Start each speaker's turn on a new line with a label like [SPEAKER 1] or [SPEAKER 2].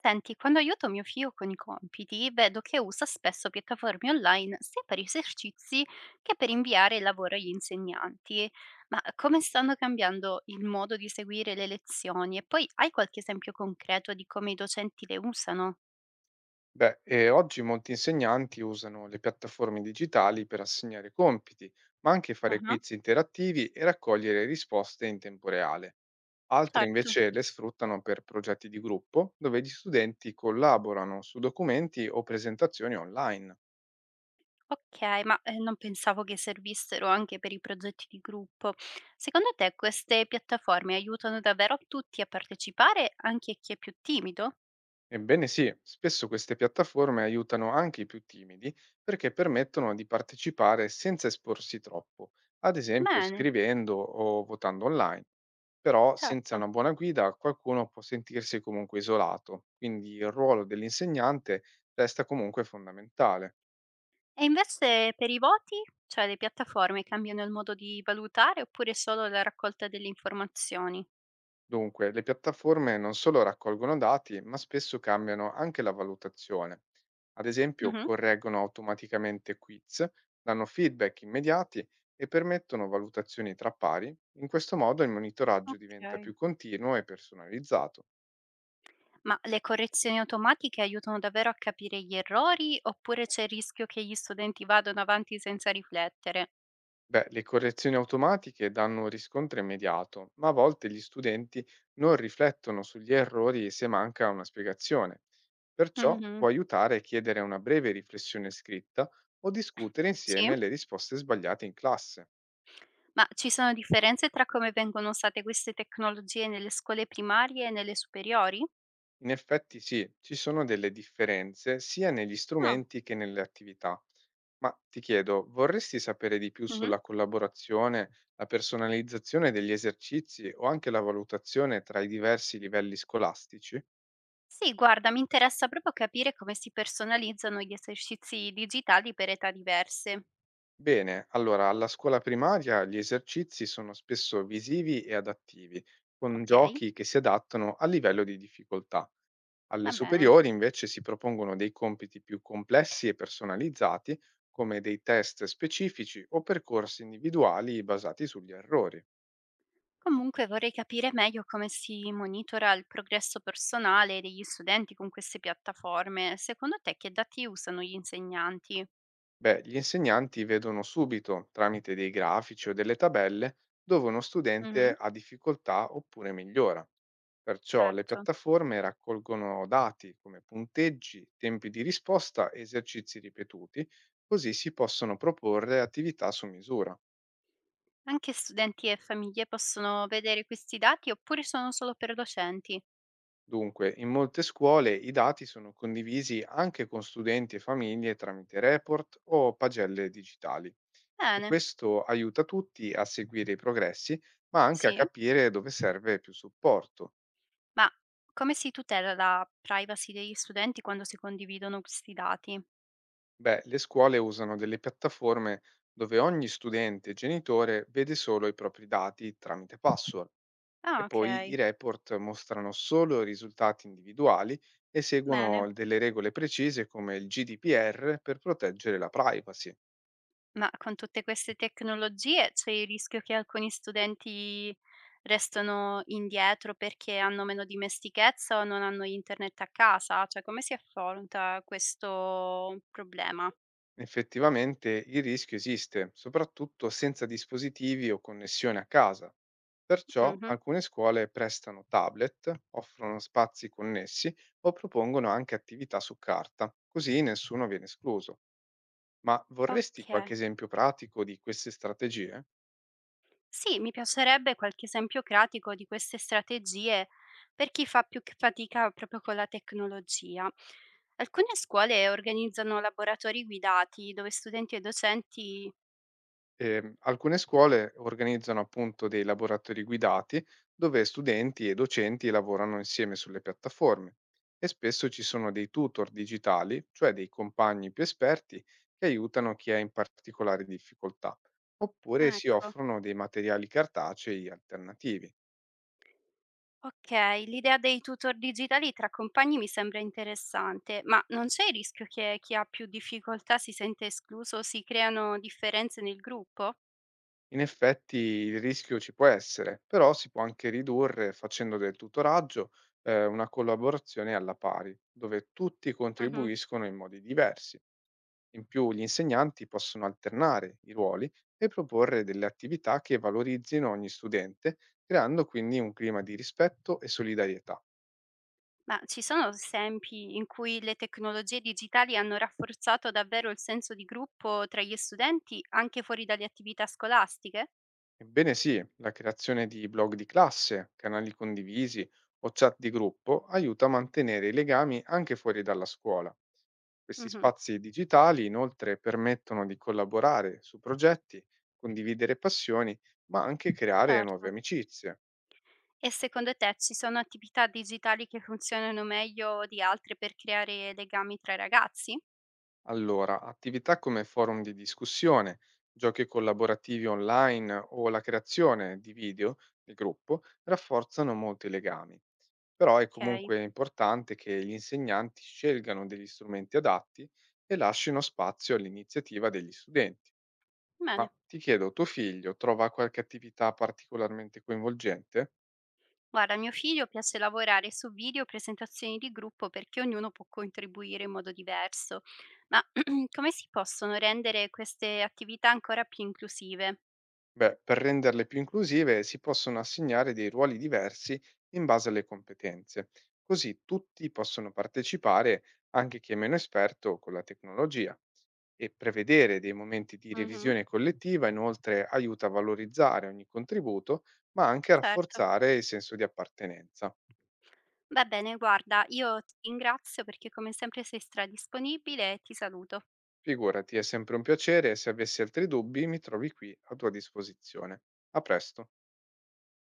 [SPEAKER 1] Senti, quando aiuto mio figlio con i compiti, vedo che usa spesso piattaforme online sia per esercizi che per inviare il lavoro agli insegnanti. Ma come stanno cambiando il modo di seguire le lezioni? E poi hai qualche esempio concreto di come i docenti le usano?
[SPEAKER 2] Beh, oggi molti insegnanti usano le piattaforme digitali per assegnare compiti, ma anche
[SPEAKER 1] Ah.
[SPEAKER 2] fare quiz interattivi e raccogliere risposte in tempo reale. Altri
[SPEAKER 1] Certo.
[SPEAKER 2] invece le sfruttano per progetti di gruppo, dove gli studenti collaborano su documenti o presentazioni online.
[SPEAKER 1] Ok, ma non pensavo che servissero anche per i progetti di gruppo. Secondo te queste piattaforme aiutano davvero tutti a partecipare, anche chi è più timido?
[SPEAKER 2] Ebbene sì, spesso queste piattaforme aiutano anche i più timidi perché permettono di partecipare senza esporsi troppo, ad esempio
[SPEAKER 1] Bene,
[SPEAKER 2] scrivendo o votando online. Però senza
[SPEAKER 1] certo.
[SPEAKER 2] una buona guida qualcuno può sentirsi comunque isolato, quindi il ruolo dell'insegnante resta comunque fondamentale.
[SPEAKER 1] E invece per i voti? Cioè le piattaforme cambiano il modo di valutare oppure solo la raccolta delle informazioni?
[SPEAKER 2] Dunque, le piattaforme non solo raccolgono dati, ma spesso cambiano anche la valutazione. Ad esempio,
[SPEAKER 1] Mh-mh,
[SPEAKER 2] correggono automaticamente quiz, danno feedback immediati e permettono valutazioni tra pari. In questo modo il monitoraggio diventa
[SPEAKER 1] okay.
[SPEAKER 2] più continuo e personalizzato.
[SPEAKER 1] Ma le correzioni automatiche aiutano davvero a capire gli errori oppure c'è il rischio che gli studenti vadano avanti senza riflettere?
[SPEAKER 2] Beh, le correzioni automatiche danno un riscontro immediato, ma a volte gli studenti non riflettono sugli errori se manca una spiegazione. Perciò
[SPEAKER 1] Mh-mh,
[SPEAKER 2] può aiutare a chiedere una breve riflessione scritta o discutere
[SPEAKER 1] sì.
[SPEAKER 2] insieme le risposte sbagliate in classe.
[SPEAKER 1] Ma ci sono differenze tra come vengono usate queste tecnologie nelle scuole primarie e nelle superiori?
[SPEAKER 2] In effetti sì, ci sono delle differenze sia negli
[SPEAKER 1] Ah,
[SPEAKER 2] strumenti che nelle attività. Ma ti chiedo, vorresti sapere di più
[SPEAKER 1] mh-mh.
[SPEAKER 2] sulla collaborazione, la personalizzazione degli esercizi o anche la valutazione tra i diversi livelli scolastici?
[SPEAKER 1] Sì, guarda, mi interessa proprio capire come si personalizzano gli esercizi digitali per età diverse.
[SPEAKER 2] Bene, allora alla scuola primaria gli esercizi sono spesso visivi e adattivi, con
[SPEAKER 1] Ok,
[SPEAKER 2] giochi che si adattano al livello di difficoltà. Alle
[SPEAKER 1] va bene.
[SPEAKER 2] superiori invece si propongono dei compiti più complessi e personalizzati, come dei test specifici o percorsi individuali basati sugli errori.
[SPEAKER 1] Comunque vorrei capire meglio come si monitora il progresso personale degli studenti con queste piattaforme. Secondo te che dati usano gli insegnanti?
[SPEAKER 2] Beh, gli insegnanti vedono subito, tramite dei grafici o delle tabelle, dove uno studente
[SPEAKER 1] Mhm,
[SPEAKER 2] ha difficoltà oppure migliora. Perciò le
[SPEAKER 1] certo.
[SPEAKER 2] piattaforme raccolgono dati come punteggi, tempi di risposta e esercizi ripetuti, così si possono proporre attività su misura.
[SPEAKER 1] Anche studenti e famiglie possono vedere questi dati oppure sono solo per docenti?
[SPEAKER 2] Dunque, in molte scuole i dati sono condivisi anche con studenti e famiglie tramite report o pagelle digitali e
[SPEAKER 1] Bene,
[SPEAKER 2] questo aiuta tutti a seguire i progressi, ma anche a
[SPEAKER 1] sì.
[SPEAKER 2] capire dove serve più supporto.
[SPEAKER 1] Ma come si tutela la privacy degli studenti quando si condividono questi dati?
[SPEAKER 2] Beh, le scuole usano delle piattaforme dove ogni studente e genitore vede solo i propri dati tramite password e
[SPEAKER 1] Ah,
[SPEAKER 2] poi i
[SPEAKER 1] okay,
[SPEAKER 2] report mostrano solo i risultati individuali e
[SPEAKER 1] bene.
[SPEAKER 2] seguono delle regole precise come il GDPR per proteggere la privacy.
[SPEAKER 1] Ma con tutte queste tecnologie c'è il rischio che alcuni studenti restano indietro perché hanno meno dimestichezza o non hanno internet a casa? Cioè, come si affronta questo problema?
[SPEAKER 2] Effettivamente il rischio esiste, soprattutto senza dispositivi o connessione a casa. Perciò
[SPEAKER 1] Mh-mh.
[SPEAKER 2] alcune scuole prestano tablet, offrono spazi connessi o propongono anche attività su carta, così nessuno viene escluso. Ma vorresti
[SPEAKER 1] Okay.
[SPEAKER 2] qualche esempio pratico di queste strategie?
[SPEAKER 1] Sì, mi piacerebbe qualche esempio pratico di queste strategie per chi fa più c fatica proprio con la tecnologia. Alcune scuole organizzano laboratori guidati dove studenti e docenti
[SPEAKER 2] Alcune scuole organizzano appunto dei laboratori guidati dove studenti e docenti lavorano insieme sulle piattaforme e spesso ci sono dei tutor digitali, cioè dei compagni più esperti che aiutano chi ha in particolari difficoltà, oppure si
[SPEAKER 1] ecco.
[SPEAKER 2] offrono dei materiali cartacei alternativi.
[SPEAKER 1] Okay, l'idea dei tutor digitali tra compagni mi sembra interessante, ma non c'è il rischio che chi ha più difficoltà si sente escluso o si creano differenze nel gruppo?
[SPEAKER 2] In effetti il rischio ci può essere, però si può anche ridurre facendo del tutoraggio una collaborazione alla pari, dove tutti
[SPEAKER 1] Mhm.
[SPEAKER 2] contribuiscono in modi diversi. In più, gli insegnanti possono alternare i ruoli e proporre delle attività che valorizzino ogni studente, creando quindi un clima di rispetto e solidarietà.
[SPEAKER 1] Ma ci sono esempi in cui le tecnologie digitali hanno rafforzato davvero il senso di gruppo tra gli studenti anche fuori dalle attività scolastiche?
[SPEAKER 2] Ebbene sì, la creazione di blog di classe, canali condivisi o chat di gruppo aiuta a mantenere i legami anche fuori dalla scuola. Questi
[SPEAKER 1] Mhm.
[SPEAKER 2] spazi digitali inoltre permettono di collaborare su progetti, condividere passioni, ma anche creare nuove
[SPEAKER 1] Certo.
[SPEAKER 2] amicizie.
[SPEAKER 1] E secondo te ci sono attività digitali che funzionano meglio di altre per creare legami tra i ragazzi?
[SPEAKER 2] Allora, attività come forum di discussione, giochi collaborativi online o la creazione di video di gruppo rafforzano molti legami. Però è
[SPEAKER 1] Ok,
[SPEAKER 2] comunque importante che gli insegnanti scelgano degli strumenti adatti e lasciano spazio all'iniziativa degli studenti.
[SPEAKER 1] bene.
[SPEAKER 2] Ma ti chiedo, tuo figlio trova qualche attività particolarmente coinvolgente?
[SPEAKER 1] Guarda, a mio figlio piace lavorare su video, presentazioni di gruppo perché ognuno può contribuire in modo diverso. Ma come si possono rendere queste attività ancora più inclusive?
[SPEAKER 2] Beh, per renderle più inclusive si possono assegnare dei ruoli diversi in base alle competenze, così tutti possono partecipare, anche chi è meno esperto con la tecnologia. E prevedere dei momenti di
[SPEAKER 1] Mhm,
[SPEAKER 2] revisione collettiva inoltre aiuta a valorizzare ogni contributo, ma anche a
[SPEAKER 1] certo.
[SPEAKER 2] rafforzare il senso di appartenenza.
[SPEAKER 1] Va bene, guarda, io ti ringrazio perché come sempre sei stradisponibile e ti saluto.
[SPEAKER 2] Figurati, è sempre un piacere e se avessi altri dubbi mi trovi qui a tua disposizione. A presto.